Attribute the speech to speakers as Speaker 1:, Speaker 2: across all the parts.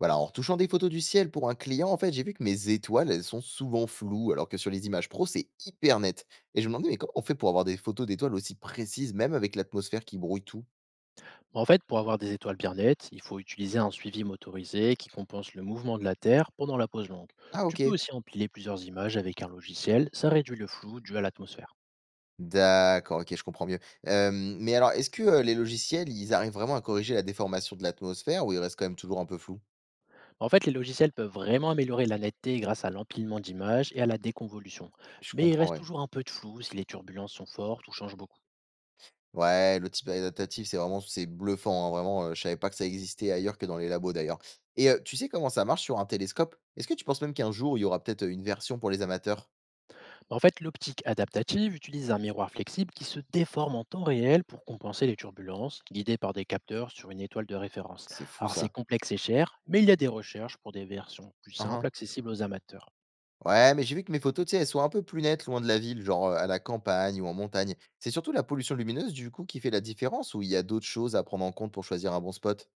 Speaker 1: Voilà, en retouchant des photos du ciel pour un client, en fait, j'ai vu que mes étoiles, elles sont souvent floues, alors que sur les images pro, c'est hyper net. Et je me demandais, mais comment on fait pour avoir des photos d'étoiles aussi précises, même avec l'atmosphère qui brouille tout.
Speaker 2: En fait, pour avoir des étoiles bien nettes, il faut utiliser un suivi motorisé qui compense le mouvement de la Terre pendant la pause longue.
Speaker 1: Ah,
Speaker 2: Tu
Speaker 1: ok.
Speaker 2: peux aussi empiler plusieurs images avec un logiciel, ça réduit le flou dû à l'atmosphère.
Speaker 1: D'accord, ok, je comprends mieux. Mais alors, est-ce que les logiciels, ils arrivent vraiment à corriger la déformation de l'atmosphère ou il reste quand même toujours un peu flou?
Speaker 2: En fait, les logiciels peuvent vraiment améliorer la netteté grâce à l'empilement d'images et à la déconvolution.
Speaker 1: Je
Speaker 2: Mais il
Speaker 1: comprends,
Speaker 2: reste
Speaker 1: ouais.
Speaker 2: toujours un peu de flou si les turbulences sont fortes ou changent beaucoup.
Speaker 1: Ouais, le type adaptatif, c'est bluffant, hein, vraiment, je savais pas que ça existait ailleurs que dans les labos d'ailleurs. Et tu sais comment ça marche sur un télescope? Est-ce que tu penses même qu'un jour, il y aura peut-être une version pour les amateurs?
Speaker 2: En fait, l'optique adaptative utilise un miroir flexible qui se déforme en temps réel pour compenser les turbulences, guidé par des capteurs sur une étoile de référence.
Speaker 1: C'est fou
Speaker 2: Alors c'est
Speaker 1: ça.
Speaker 2: complexe et cher, mais il y a des recherches pour des versions plus
Speaker 1: Hein,
Speaker 2: simples,
Speaker 1: hein.
Speaker 2: accessibles aux amateurs.
Speaker 1: Ouais, mais j'ai vu que mes photos, tu sais, elles sont un peu plus nettes loin de la ville, genre, à la campagne ou en montagne. C'est surtout la pollution lumineuse, du coup, qui fait la différence ou il y a d'autres choses à prendre en compte pour choisir un bon spot?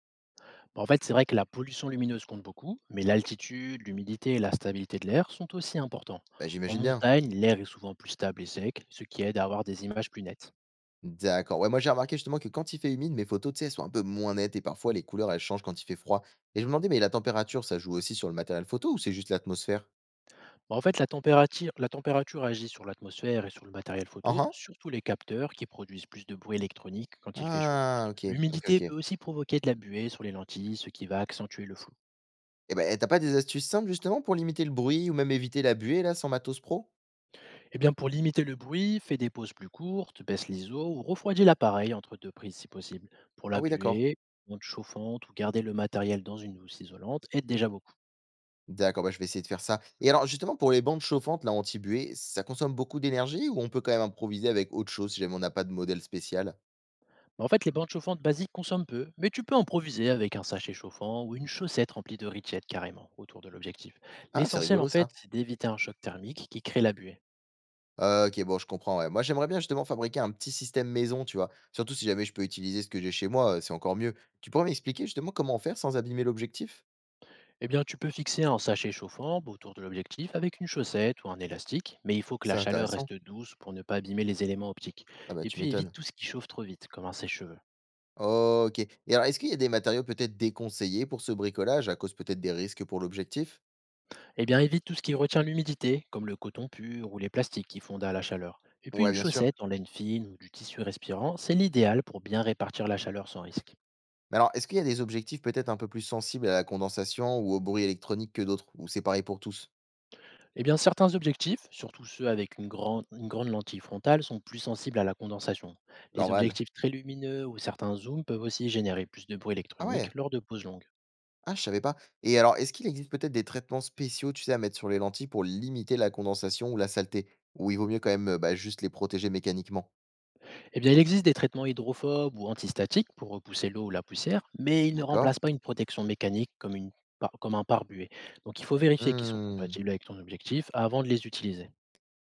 Speaker 2: Bon, en fait, c'est vrai que la pollution lumineuse compte beaucoup, mais l'altitude, l'humidité et la stabilité de l'air sont aussi importants.
Speaker 1: Bah,
Speaker 2: En
Speaker 1: j'imagine bien.
Speaker 2: montagne, l'air est souvent plus stable et sec, ce qui aide à avoir des images plus nettes.
Speaker 1: D'accord. Ouais, moi j'ai remarqué justement que quand il fait humide, mes photos, tu sais, elles sont un peu moins nettes et parfois les couleurs, elles changent quand il fait froid. Et je me demandais, mais la température, ça joue aussi sur le matériel photo ou c'est juste l'atmosphère?
Speaker 2: Bah, en fait, la température agit sur l'atmosphère et sur le matériel
Speaker 1: Ah,
Speaker 2: photo,
Speaker 1: ah,
Speaker 2: surtout les capteurs qui produisent plus de bruit électronique quand il fait chaud.
Speaker 1: ah, ok, ok,
Speaker 2: L'humidité
Speaker 1: ok.
Speaker 2: peut aussi provoquer de la buée sur les lentilles, ce qui va accentuer le flou.
Speaker 1: Et ben, t'as pas des astuces simples justement pour limiter le bruit ou même éviter la buée là sans matos pro?
Speaker 2: Et bien pour limiter le bruit, fais des pauses plus courtes, baisse l'ISO ou refroidis l'appareil entre deux prises si possible. Pour la
Speaker 1: Ah oui, d'accord.
Speaker 2: buée, monte chauffante ou garder le matériel dans une housse isolante aide déjà beaucoup.
Speaker 1: D'accord, bah, je vais essayer de faire ça. Et alors justement pour les bandes chauffantes là anti-buée, ça consomme beaucoup d'énergie ou on peut quand même improviser avec autre chose si jamais on n'a pas de modèle spécial?
Speaker 2: En fait, les bandes chauffantes basiques consomment peu, mais tu peux improviser avec un sachet chauffant ou une chaussette remplie de richettes carrément autour de l'objectif.
Speaker 1: Ah, c'est
Speaker 2: L'essentiel, en
Speaker 1: rigolo
Speaker 2: fait,
Speaker 1: ça.
Speaker 2: c'est d'éviter un choc thermique qui crée la buée.
Speaker 1: OK, bon, je comprends, ouais. Moi, j'aimerais bien justement fabriquer un petit système maison, tu vois? Surtout si jamais je peux utiliser ce que j'ai chez moi, c'est encore mieux. Tu pourrais m'expliquer justement comment faire sans abîmer l'objectif?
Speaker 2: Eh bien, tu peux fixer un sachet chauffant autour de l'objectif avec une chaussette ou un élastique, mais il faut que la
Speaker 1: C'est
Speaker 2: chaleur
Speaker 1: intéressant.
Speaker 2: reste douce pour ne pas abîmer les éléments optiques.
Speaker 1: Ah bah,
Speaker 2: Et
Speaker 1: tu
Speaker 2: puis, évite
Speaker 1: m'étonnes.
Speaker 2: tout ce qui chauffe trop vite, comme un sèche-cheveux.
Speaker 1: OK, et alors, est-ce qu'il y a des matériaux peut-être déconseillés pour ce bricolage à cause peut-être des risques pour l'objectif?
Speaker 2: Eh bien, évite tout ce qui retient l'humidité, comme le coton pur ou les plastiques qui fondent à la chaleur. Et puis,
Speaker 1: Ouais,
Speaker 2: une
Speaker 1: bien sûr.
Speaker 2: chaussette en laine fine ou du tissu respirant, c'est l'idéal pour bien répartir la chaleur sans risque.
Speaker 1: Mais alors, est-ce qu'il y a des objectifs peut-être un peu plus sensibles à la condensation ou au bruit électronique que d'autres? Ou c'est pareil pour tous?
Speaker 2: Eh bien, certains objectifs, surtout ceux avec une grande lentille frontale, sont plus sensibles à la condensation. Les
Speaker 1: Normal.
Speaker 2: objectifs très lumineux ou certains zooms peuvent aussi générer plus de bruit
Speaker 1: Ah ouais!
Speaker 2: électronique lors de pauses longues.
Speaker 1: Ah, je savais pas. Et alors, est-ce qu'il existe peut-être des traitements spéciaux, tu sais, à mettre sur les lentilles pour limiter la condensation ou la saleté? Ou il vaut mieux quand même, bah, juste les protéger mécaniquement?
Speaker 2: Eh bien, il existe des traitements hydrophobes ou antistatiques pour repousser l'eau ou la poussière, mais ils ne
Speaker 1: D'accord.
Speaker 2: remplacent pas une protection mécanique comme, comme un pare-buée. Donc, il faut vérifier qu'ils sont
Speaker 1: Hmm.
Speaker 2: compatibles avec ton objectif avant de les utiliser.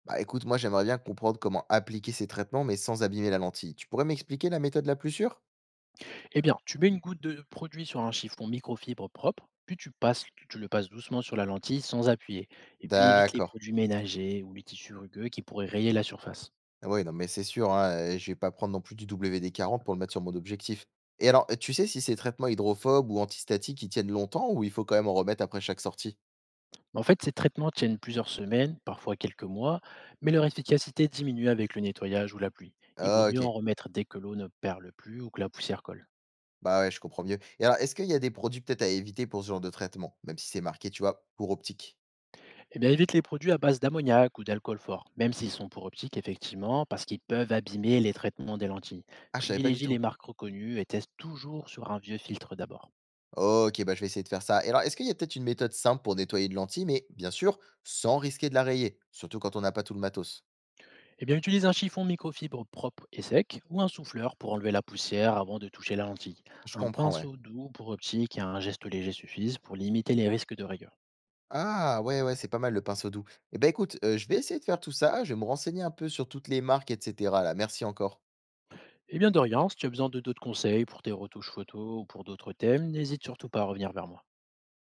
Speaker 1: Bah écoute, moi j'aimerais bien comprendre comment appliquer ces traitements, mais sans abîmer la lentille. Tu pourrais m'expliquer la méthode la plus sûre?
Speaker 2: Eh bien, tu mets une goutte de produit sur un chiffon microfibre propre, puis tu le passes doucement sur la lentille sans appuyer. Et puis évite les
Speaker 1: D'accord.
Speaker 2: produits ménagers ou les tissus rugueux qui pourraient rayer la surface.
Speaker 1: Ah ouais, non, mais c'est sûr, hein, je vais pas prendre non plus du WD-40 pour le mettre sur mon objectif. Et alors, tu sais si ces traitements hydrophobes ou antistatiques, ils tiennent longtemps ou il faut quand même en remettre après chaque sortie?
Speaker 2: En fait, ces traitements tiennent plusieurs semaines, parfois quelques mois, mais leur efficacité diminue avec le nettoyage ou la pluie. Il vaut
Speaker 1: Ah,
Speaker 2: mieux en
Speaker 1: ok.
Speaker 2: remettre dès que l'eau ne perle plus ou que la poussière colle.
Speaker 1: Bah, ouais, je comprends mieux. Et alors, est-ce qu'il y a des produits peut-être à éviter pour ce genre de traitement? Même si c'est marqué, tu vois, pour optique.
Speaker 2: Eh bien, évite les produits à base d'ammoniac ou d'alcool fort, même s'ils sont pour optique, effectivement, parce qu'ils peuvent abîmer les traitements des lentilles.
Speaker 1: Ah, je savais pas du
Speaker 2: Privilégie
Speaker 1: tout.
Speaker 2: les marques reconnues et teste toujours sur un vieux filtre d'abord.
Speaker 1: OK, bah, je vais essayer de faire ça. Et alors, est-ce qu'il y a peut-être une méthode simple pour nettoyer une lentille, mais bien sûr, sans risquer de la rayer, surtout quand on n'a pas tout le matos?
Speaker 2: Eh bien, utilise un chiffon microfibre propre et sec ou un souffleur pour enlever la poussière avant de toucher la lentille.
Speaker 1: Je
Speaker 2: Un
Speaker 1: comprends, ouais.
Speaker 2: pinceau doux pour optique et un geste léger suffisent pour limiter les risques de rayures.
Speaker 1: Ah, ouais, ouais, c'est pas mal le pinceau doux. Eh ben, écoute, je vais essayer de faire tout ça, je vais me renseigner un peu sur toutes les marques et cetera là. Merci encore.
Speaker 2: Eh bien, Dorian, si tu as besoin de d'autres conseils pour tes retouches photos ou pour d'autres thèmes, n'hésite surtout pas à revenir vers moi.